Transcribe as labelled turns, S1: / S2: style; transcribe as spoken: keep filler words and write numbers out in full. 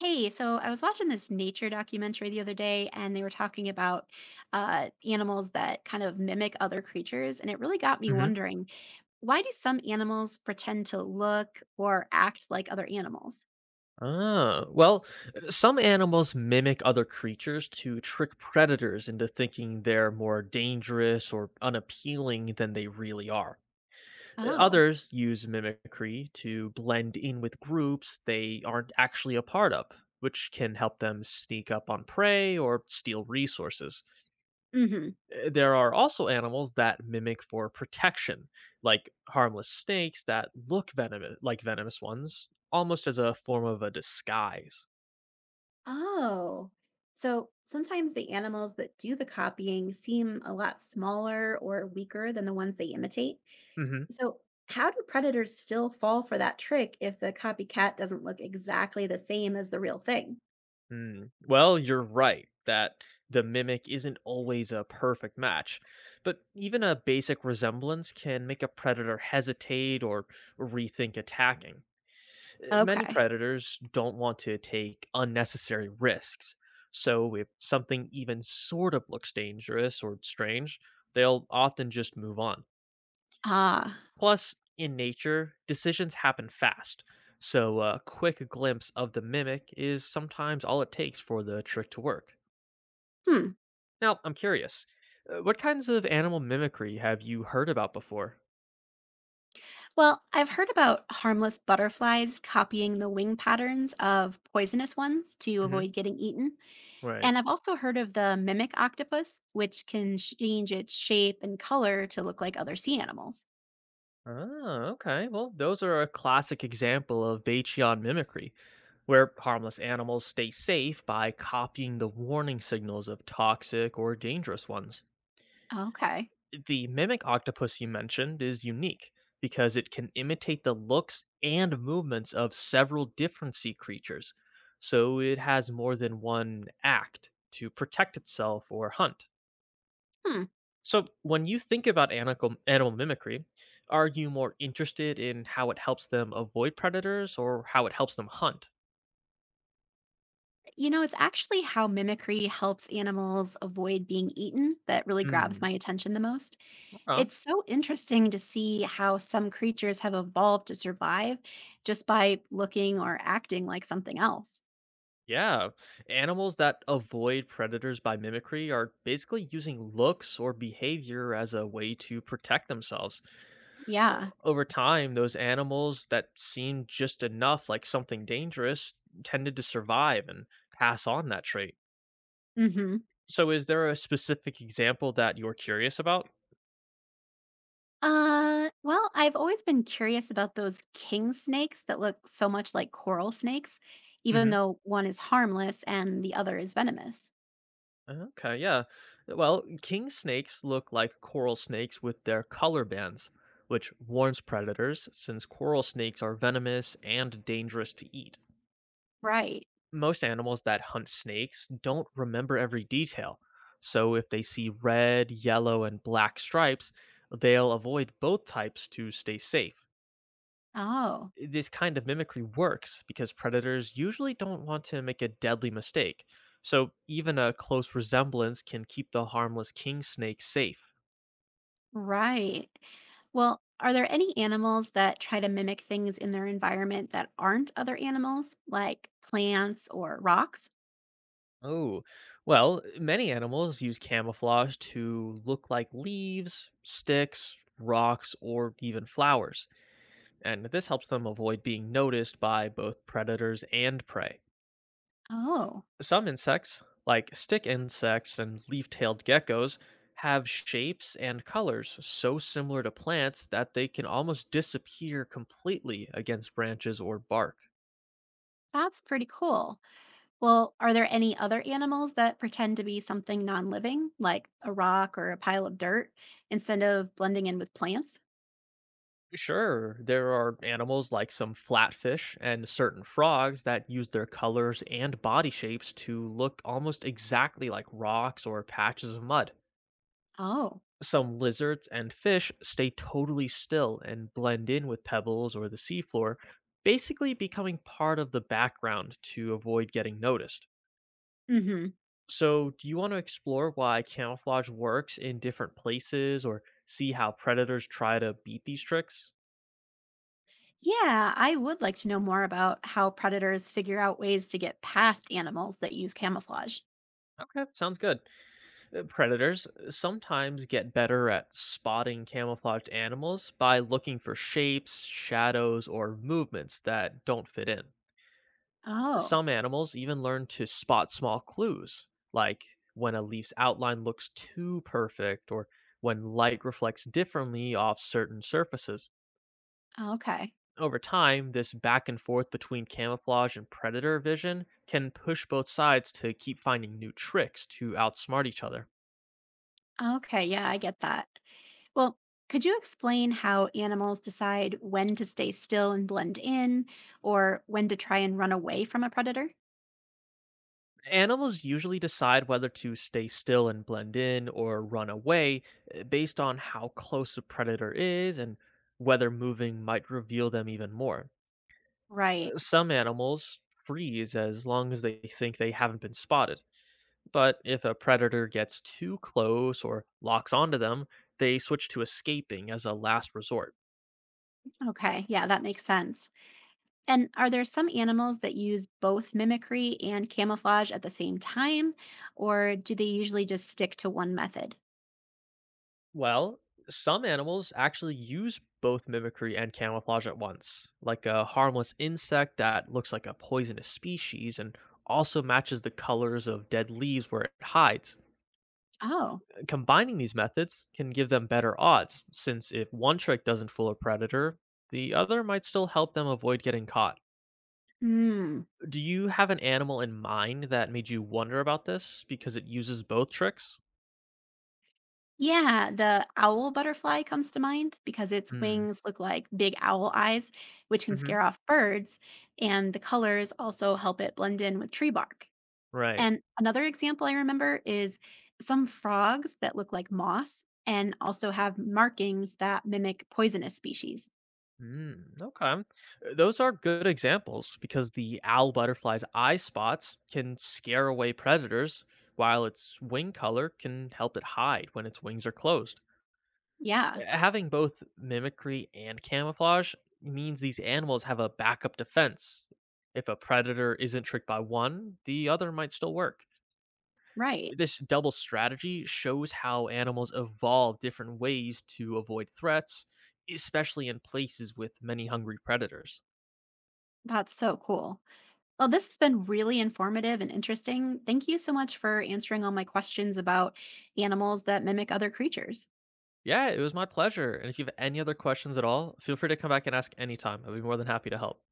S1: Hey, so I was watching this nature documentary the other day, and they were talking about uh, animals that kind of mimic other creatures. And it really got me
S2: Hmm.
S1: wondering, why do some animals pretend to look or act like other animals?
S2: Ah, well, uh, some animals mimic other creatures to trick predators into thinking they're more dangerous or unappealing than they really are. Uh,
S1: Oh,
S2: Others use mimicry to blend in with groups they aren't actually a part of, which can help them sneak up on prey or steal resources.
S1: mm-hmm.
S2: Uh, There are also animals that mimic for protection, like harmless snakes that look venom- like venomous ones, almost as a form of a disguise.
S1: Oh, so sometimes the animals that do the copying seem a lot smaller or weaker than the ones they imitate.
S2: Mhm.
S1: So, how do predators still fall for that trick if the copycat doesn't look exactly the same as the real thing?
S2: Mm. Well, you're right that the mimic isn't always a perfect match, but even a basic resemblance can make a predator hesitate or rethink attacking. Uh, Many
S1: Okay.
S2: predators don't want to take unnecessary risks, so if something even sort of looks dangerous or strange, they'll often just move on.
S1: Ah,
S2: Plus, in nature, decisions happen fast, so a quick glimpse of the mimic is sometimes all it takes for the trick to work.
S1: hmm.
S2: Now, I'm curious, uh, what kinds of animal mimicry have you heard about before?
S1: Well, I've heard about harmless butterflies copying the wing patterns of poisonous ones to
S2: Hmm.
S1: avoid getting eaten.
S2: Right.
S1: And I've also heard of the mimic octopus, which can sh- change its shape and color to look like other sea animals.
S2: Oh, okay. Well, those are a classic example of Bachian mimicry, where harmless animals stay safe by copying the warning signals of toxic or dangerous ones.
S1: Okay.
S2: The mimic octopus you mentioned is unique because it can imitate the looks and movements of several different sea creatures, so it has more than one act to protect itself or hunt.
S1: Hmm.
S2: So, when you think about animal, animal mimicry, are you more interested in how it helps them avoid predators or how it helps them hunt?
S1: You know, it's actually how mimicry helps animals avoid being eaten that really grabs
S2: Hmm.
S1: my attention the most.
S2: Okay.
S1: It's so interesting to see how some creatures have evolved to survive just by looking or acting like something else.
S2: Yeah, animals that avoid predators by mimicry are basically using looks or behavior as a way to protect themselves.
S1: Yeah.
S2: Over time, those animals that seem just enough like something dangerous tended to survive and pass on that trait.
S1: Mhm.
S2: So, is there a specific example that you're curious about?
S1: Uh, well, I've always been curious about those king snakes that look so much like coral snakes, even
S2: Hmm.
S1: though one is harmless and the other is venomous.
S2: Okay, yeah. Well, king snakes look like coral snakes with their color bands, which warns predators since coral snakes are venomous and dangerous to eat.
S1: Right.
S2: Most animals that hunt snakes don't remember every detail, so if they see red, yellow, and black stripes, they'll avoid both types to stay safe.
S1: Oh,
S2: This kind of mimicry works because predators usually don't want to make a deadly mistake. So even a close resemblance can keep the harmless king snake safe.
S1: right. Well, are there any animals that try to mimic things in their environment that aren't other animals, like plants or rocks?
S2: Oh, well, many animals use camouflage to look like leaves, sticks, rocks, or even flowers, and this helps them avoid being noticed by both predators and prey.
S1: Oh,
S2: Some insects, like stick insects and leaf tailed geckos, have shapes and colors so similar to plants that they can almost disappear completely against branches or bark.
S1: that's pretty cool. Well, are there any other animals that pretend to be something non living, like a rock or a pile of dirt, instead of blending in with plants?
S2: Sure, there are animals like some flatfish and certain frogs that use their colors and body shapes to look almost exactly like rocks or patches of mud.
S1: Oh.
S2: Some lizards and fish stay totally still and blend in with pebbles or the seafloor, basically becoming part of the background to avoid getting noticed.
S1: Hmm.
S2: So, do you want to explore why camouflage works in different places or see how predators try to beat these tricks?
S1: Yeah, I would like to know more about how predators figure out ways to get past animals that use camouflage.
S2: Okay, sounds good. Uh, Predators uh, sometimes get better at spotting camouflaged animals by looking for shapes, shadows, or movements that don't fit in.
S1: Oh,
S2: Some animals even learn to spot small clues, like when a leaf's outline looks too perfect or when light reflects differently off certain surfaces.
S1: okay.
S2: Over time, this back and forth between camouflage and predator vision can push both sides to keep finding new tricks to outsmart each other.
S1: Okay, yeah, I get that. Well, could you explain how animals decide when to stay still and blend in, or when to try and run away from a predator?
S2: Animals usually decide whether to stay still and blend in or run away uh, based on how close a predator is and whether moving might reveal them even more.
S1: Right.
S2: Some animals freeze as long as they think they haven't been spotted, but if a predator gets too close or locks onto them, they switch to escaping as a last resort.
S1: Okay. Yeah, that makes sense. And are there some animals that use both mimicry and camouflage at the same time, or do they usually just stick to one method?
S2: Well, some animals actually use both mimicry and camouflage at once, like a harmless insect that looks like a poisonous species and also matches the colors of dead leaves where it hides.
S1: Oh,
S2: Combining these methods can give them better odds, since if one trick doesn't fool a predator, the other might still help them avoid getting caught.
S1: hmm.
S2: Do you have an animal in mind that made you wonder about this because it uses both tricks?
S1: Yeah, the owl butterfly comes to mind because its
S2: Mm.
S1: wings look like big owl eyes, which can
S2: Hmm.
S1: scare off birds, and the colors also help it blend in with tree bark.
S2: Right.
S1: And another example I remember is some frogs that look like moss and also have markings that mimic poisonous species.
S2: Mm, okay. Uh, Those are good examples because the owl butterfly's eye spots can scare away predators, while its wing color can help it hide when its wings are closed.
S1: Yeah,
S2: Having both mimicry and camouflage means these animals have a backup defense. If a predator isn't tricked by one, the other might still work.
S1: right.
S2: This double strategy shows how animals evolve different ways to avoid threats, especially in places with many hungry predators.
S1: That's so cool. Well, this has been really informative and interesting. Thank you so much for answering all my questions about animals that mimic other creatures.
S2: Yeah, it was my pleasure. And if you have any other questions at all, feel free to come back and ask anytime. I'd be more than happy to help.